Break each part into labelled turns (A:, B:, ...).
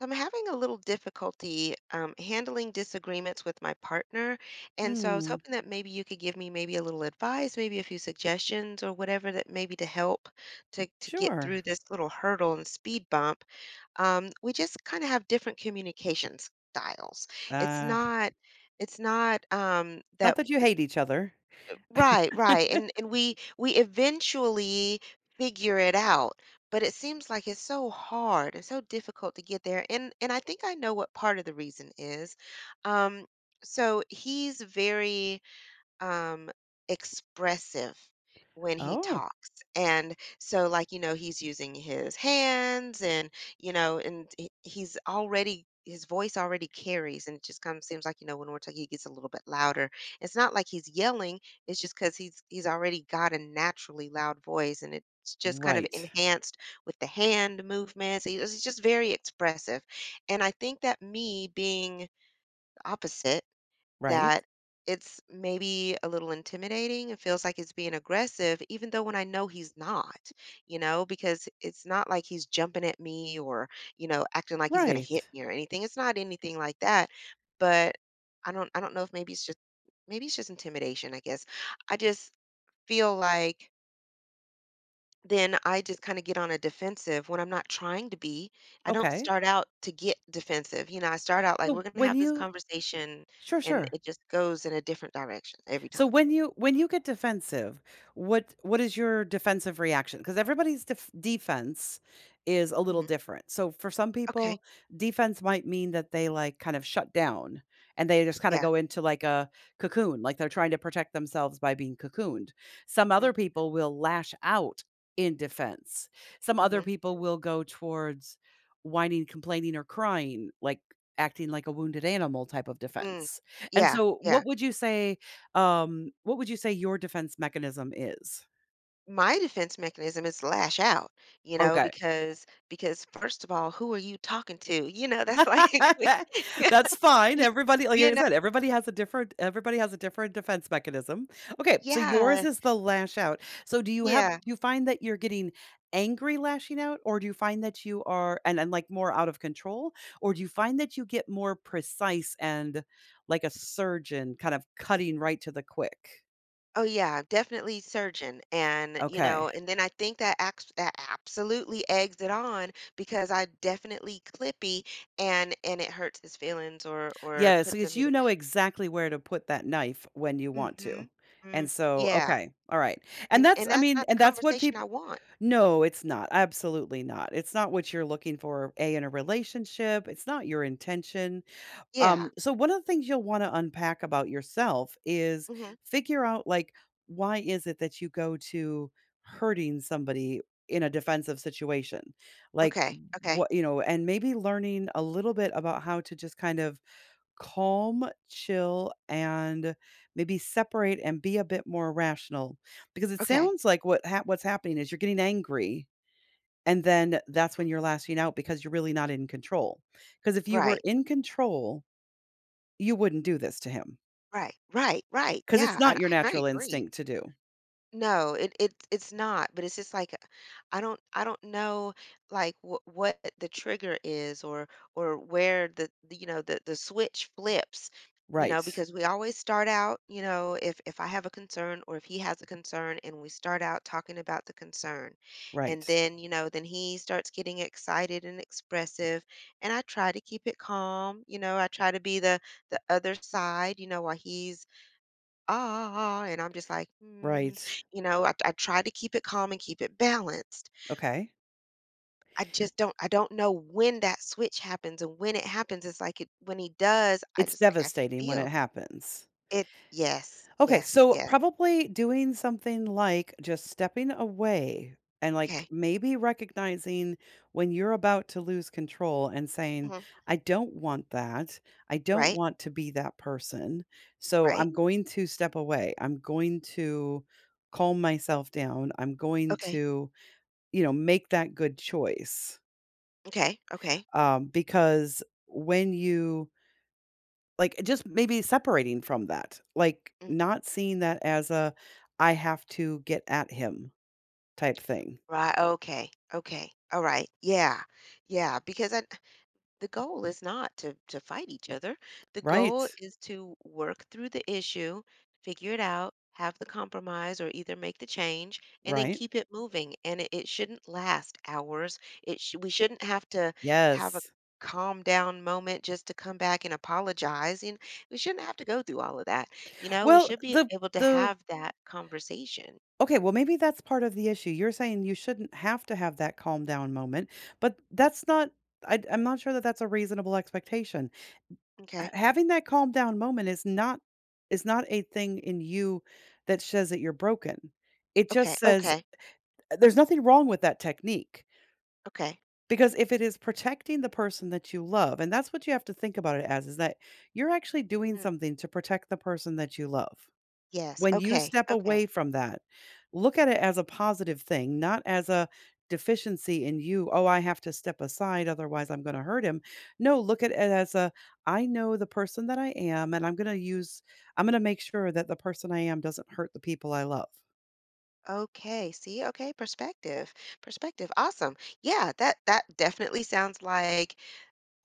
A: So, I'm having a little difficulty handling disagreements with my partner. And so I was
B: Mm.
A: hoping that maybe you could give me maybe a little advice, maybe a few suggestions or whatever that maybe to help to get
B: Sure.
A: through this little hurdle and speed bump. We just kind of have different communication styles. It's
B: Uh,
A: not it's not um,
B: Not
A: that
B: that you hate each other.
A: Right, right. And we eventually figure it out, but it seems like it's so hard and so difficult to get there. And I think I know what part of the reason is. Um, so he's very um, expressive when he
B: Oh,
A: talks. And so, like, he's using his hands and, and he's already, his voice already carries. And it just kind of seems like, when we're talking, he gets a little bit louder. It's not like he's yelling, it's just because he's already got a naturally loud voice and it's just kind of
B: right.
A: enhanced with the hand movements. He's just very expressive. And I think that me being opposite,
B: Right.
A: that it's maybe a little intimidating. It feels like it's being aggressive, even though when I know he's not, because it's not like he's jumping at me or, acting like he's gonna
B: Right.
A: hit me or anything. It's not anything like that. But I don't know if maybe it's just maybe it's just intimidation, I guess. I just feel like then I just kinda get on a defensive when I'm not trying to be. I don't
B: Okay.
A: start out to get defensive, you know, I start out like,
B: So
A: "We're gonna
B: when
A: have this
B: you
A: conversation,"
B: Sure,
A: and
B: sure.
A: it just goes in a different direction every time.
B: So when you get defensive, what is your defensive reaction? Because everybody's defense is a little
A: Mhm.
B: different. So for some
A: Okay.
B: people, defense might mean that they like kind of shut down and they just kind of
A: Yeah.
B: go into like a cocoon, like they're trying to protect themselves by being cocooned. Some
A: Mhm.
B: other people will lash out in defense. Some other
A: Mhm.
B: people will go towards whining, complaining, or crying, like acting like a wounded animal type of
A: Mm.
B: defense. And
A: Yeah,
B: so
A: yeah.
B: what would you say your defense mechanism is?
A: My defense mechanism is lash out, you know,
B: Okay.
A: because first of all, who are you talking to? You know, that's like, like,
B: That's fine.
A: you
B: Everybody, like
A: you
B: I
A: know
B: said, everybody has a different defense mechanism. Okay, so yours
A: Yeah,
B: is the lash out. So do
A: yeah.
B: you find that you're getting angry lashing out, or do you find that you are, and like, more out of control, or do you find that you get more precise and like a surgeon kind of cutting right to the quick?
A: Oh yeah, definitely surgeon. And, you know,
B: Okay.
A: and then I think that acts that absolutely eggs it on because I definitely clippy and it hurts his feelings or
B: Yeah, so
A: puts
B: it's
A: him
B: you
A: in.
B: know exactly where to put that knife when you want
A: Hmm.
B: to. And
A: Mm,
B: so,
A: yeah.
B: okay, all right. And that's
A: And
B: I
A: that's
B: mean,
A: not the
B: and that's what
A: conversation I
B: people...
A: want.
B: No, it's not. Absolutely not. It's not what you're looking for, A, in a relationship. It's not your intention.
A: Yeah.
B: So one of the things you'll want to unpack about yourself is
A: Hmm.
B: figure out, like, why is it that you go to hurting somebody in a defensive situation? Like
A: Okay. Okay.
B: what, and maybe learning a little bit about how to just kind of calm, chill, and maybe separate and be a bit more rational. Because it
A: Okay.
B: sounds like what's happening is you're getting angry, and then that's
A: Mhm.
B: when you're lashing out because you're really not in control. Because if you were
A: Right.
B: in control, you wouldn't do this to him.
A: Right. Right. Right.
B: Because it's
A: Yeah.
B: not your
A: I
B: natural
A: agree.
B: instinct to do.
A: No, it's not, but it's just like I don't know like what the trigger is or where the you know the switch flips, you
B: Right,
A: know, because we always start out, you know, if I have a concern or if he has a concern and we start out talking about the concern. And
B: right,
A: then, you know, then he starts getting excited and expressive and I try to keep it calm, you know, I try to be the other side, you know, while he's and I'm just like,
B: right.
A: you know, I try to keep it calm and keep it balanced.
B: Okay.
A: I just don't, I don't know when that switch happens and when it happens. It's like when he does,
B: It's
A: I
B: devastating when it
A: feel
B: happens.
A: it. Yes,
B: Okay,
A: yes,
B: so
A: yes.
B: probably doing something like just stepping away and, like,
A: Okay.
B: maybe recognizing when you're about to lose control and saying,
A: Hmm.
B: "I don't want that. I don't
A: Right,
B: want to be that person. So
A: right.
B: I'm going to step away. I'm going to calm myself down. I'm going
A: Okay,
B: to make that good choice."
A: okay, okay.
B: Because when you like, just maybe separating from that, like,
A: Hmm.
B: not seeing that as a, "I have to get at him" type thing.
A: Right. Okay. Okay. All right. Yeah. Yeah. Because the goal is not to fight each other. The
B: Right,
A: goal is to work through the issue, figure it out, have the compromise or either make the change and then
B: right.
A: keep it moving. And it shouldn't last hours. We shouldn't have to have a
B: Yes.
A: calm down moment just to come back and apologize. And we shouldn't have to go through all of that. You know, we
B: Well,
A: should be able to
B: the
A: have that conversation.
B: okay, well, maybe that's part of the issue. You're saying you shouldn't have to have that calm down moment, but that's not I I'm not sure that that's a reasonable expectation. Ha
A: Okay.
B: having that calm down moment is not a thing in you that says that you're broken. It just
A: Okay.
B: says
A: Okay.
B: there's nothing wrong with that technique.
A: Okay.
B: Because if it is protecting the person that you love, and that's what you have to think about it as, is that you're actually doing
A: Mm,
B: something to protect the person that you love.
A: yes.
B: When you
A: Okay.
B: step away
A: Okay.
B: from that, look at it as a positive thing, not as a deficiency in you. Oh, I have to step aside, otherwise I'm going to hurt him. No, look at it as a, I know the person that I am, and I'm going to make sure that the person I am doesn't hurt the people I love.
A: Okay, see, okay, perspective. Perspective. Awesome. Yeah, that that definitely sounds like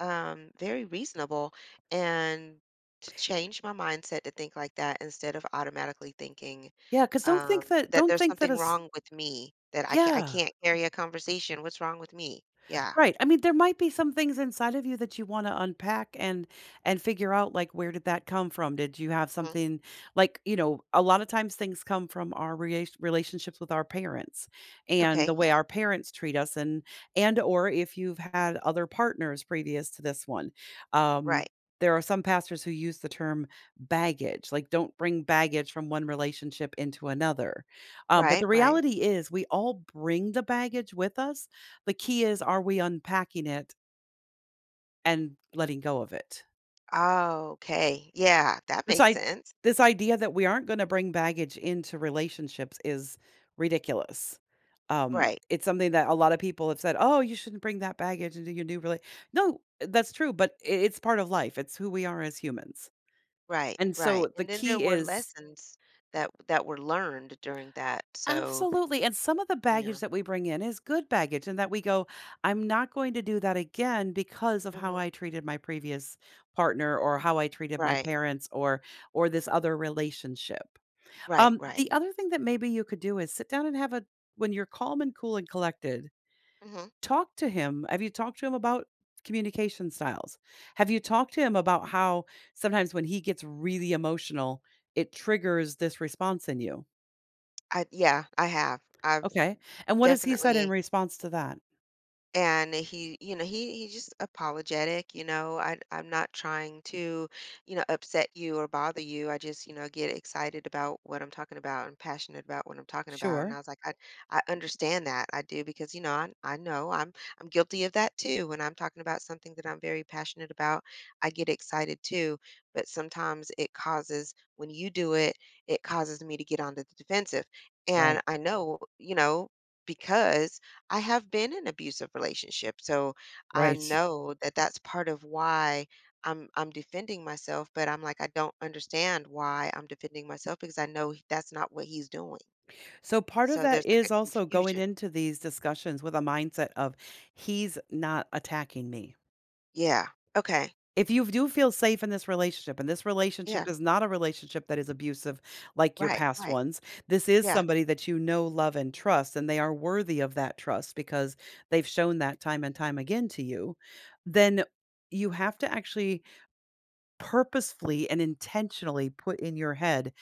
A: very reasonable and to change my mindset to think like that instead of automatically thinking
B: Yeah, because don't think
A: um
B: that,
A: that
B: don't
A: there's
B: think that
A: something wrong with me that I can't I
B: yeah.
A: can't carry a conversation. What's wrong with me? Yeah.
B: Right. I mean, there might be some things inside of you that you wanna unpack and figure out, like, where did that come from? Did you have
A: Hmm.
B: something like, you know, a lot of times things come from our relationships with our parents and the
A: Okay,
B: way
A: yeah.
B: our parents treat us, and or if you've had other partners previous to this one. Um,
A: Right.
B: there are some pastors who use the term baggage, like, don't bring baggage from one relationship into another. But the
A: Right, right.
B: reality is we all bring the baggage with us. The key is, are we unpacking it and letting go of it?
A: Okay. Yeah, that
B: This
A: makes
B: I
A: sense.
B: this idea that we aren't gonna bring baggage into relationships is ridiculous. Um,
A: Right.
B: it's something that a lot of people have said, "Oh, you shouldn't bring that baggage into your new rela..." No, that's true, but I it's part of life. It's who we are as humans.
A: Right,
B: And
A: right,
B: so the
A: and then there
B: key
A: were
B: is...
A: lessons that were learned during that, so
B: Absolutely, and some of the baggage
A: yeah.
B: that we bring in is good baggage and that we go, "I'm not going to do that again because of how
A: Mhm.
B: I treated my previous partner, or how I treated my
A: Right,
B: parents, or this other relationship."
A: right,
B: Um,
A: right.
B: the other thing that maybe you could do is sit down and have a when you're calm and cool and collected,
A: Mhm.
B: talk to him. Have you talked to him about communication styles? Have you talked to him about how sometimes when he gets really emotional, it triggers this response in you?
A: I yeah, I have. I've
B: Okay, and what has he said in
A: definitely
B: response to that?
A: and he you know he just apologetic you know i'm not trying to you know upset you or bother you I just you know get excited about what I'm talking about and passionate about what I'm talking about and I
B: Sure.
A: was like i understand that I do because you know I know i'm guilty of that too when I'm talking about something that I'm very passionate about I get excited too but sometimes it causes when you do it it causes me to get onto the defensive and
B: Right,
A: I know you know because I have been in abusive relationship, so I
B: right.
A: know that that's part of why I'm defending myself, but I'm like, I don't understand why I'm defending myself because I know that's not what he's doing.
B: So part of
A: So
B: that
A: there's
B: is
A: like a
B: also going
A: confusion.
B: into these discussions with a mindset of, "He's not attacking me."
A: Yeah. Okay.
B: If you do feel safe in this relationship, and this relationship
A: Yeah.
B: is not a relationship that is abusive like your
A: Right.
B: past
A: Right.
B: ones, this is
A: Yeah.
B: somebody that you know, love, and trust, and they are worthy of that trust because they've shown that time and time again to you, then you have to actually purposefully and intentionally put in your head,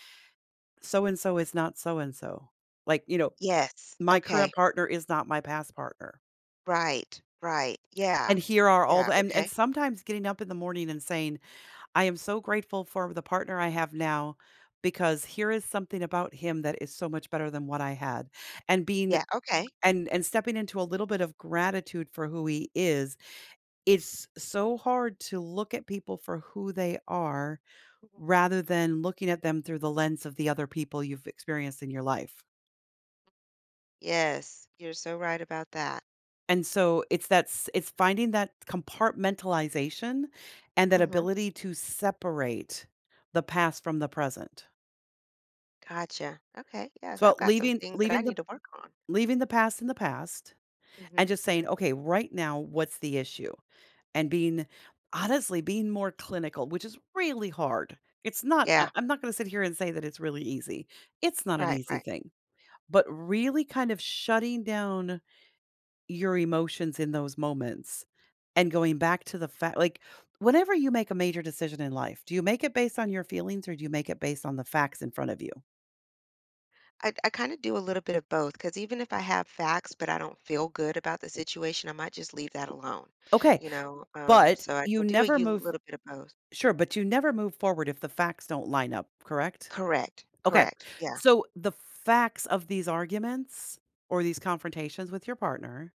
B: "So and so is not so and so." Like,
A: Yes.
B: my current
A: Okay.
B: partner is not my past partner.
A: Right. Right. Yeah.
B: And here are all
A: Yeah.
B: the and
A: Okay.
B: sometimes getting up in the morning and saying, "I am so grateful for the partner I have now because here is something about him that is so much better than what I had." And being
A: Yeah. Okay.
B: and stepping into a little bit of gratitude for who he is. It's so hard to look at people for who they are
A: Mhm.
B: rather than looking at them through the lens of the other people you've experienced in your life.
A: Yes. You're so right about that.
B: And so it's finding that compartmentalization and that
A: Hmm.
B: ability to separate the past from the present.
A: Gotcha. Okay. Yes.
B: So
A: I've got some
B: leaving
A: things that I
B: leaving the
A: need to work on.
B: leaving the past in the past and
A: Hmm.
B: just saying,
A: Hmm.
B: "Okay, right now, what's the issue?" And being honestly, being more clinical, which is really hard. It's not I
A: Yeah,
B: I'm not gonna sit here and say that it's really easy. It's not an
A: right,
B: easy
A: right.
B: thing, but really kind of shutting down your emotions in those moments and going back to the fact, like, whenever you make a major decision in life, do you make it based on your feelings, or do you make it based on the facts in front of you?
A: I kind of do a little bit of both because even if I have facts, but I don't feel good about the situation, I might just leave that alone,
B: Okay,
A: you know. Um,
B: but
A: so I,
B: you
A: I do a
B: never move
A: little bit of both.
B: sure, but you never move forward if the facts don't line up, correct?
A: Correct,
B: Okay,
A: correct. Yeah,
B: so the facts of these arguments, or these confrontations with your partner,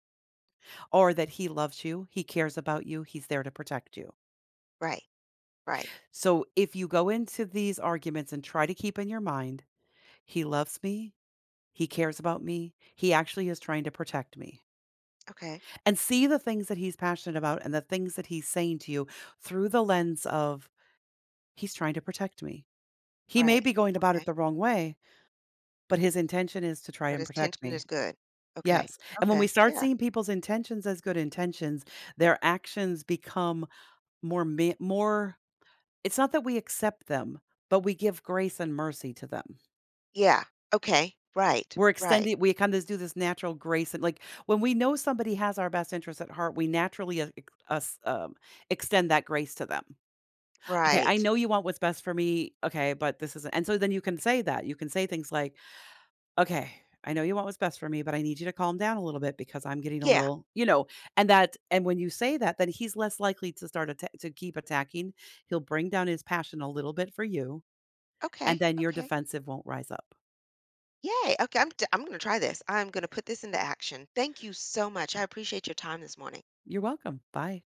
B: or that he loves you, he cares about you, he's there to protect you.
A: right, right.
B: So if you go into these arguments and try to keep in your mind, "He loves me. He cares about me. He actually is trying to protect me."
A: Okay,
B: And see the things that he's passionate about and the things that he's saying to you through the lens of, "He's trying to protect me. He may
A: right.
B: be going about it
A: Okay.
B: the wrong way, but his intention is to try
A: But
B: and
A: his
B: protect
A: tension is
B: me."
A: good. Okay,
B: Yes, and when we
A: okay.
B: start
A: Yeah,
B: seeing people's intentions as good intentions, their actions become more it's not that we accept them, but we give grace and mercy to them.
A: yeah. Okay, right, right,
B: We kind of do this natural grace, and, like, when we know somebody has our best interest at heart, we naturally extend that grace to them. "Okay, I
A: right.
B: know you want what's best for me, okay, but this isn't..." And so then you can say that. You can say things like, "Okay, I know you want what's best for me, but I need you to calm down a little bit because I'm getting a
A: Yeah.
B: little..." And when you say that, then he's less likely to start atta to keep attacking. He'll bring down his passion a little bit for you,
A: Okay,
B: and then your
A: okay.
B: defensive won't rise up.
A: Yay. Okay, I'm going to try this. I'm going to put this into action. Thank you so much. I appreciate your time this morning.
B: You're welcome. Bye.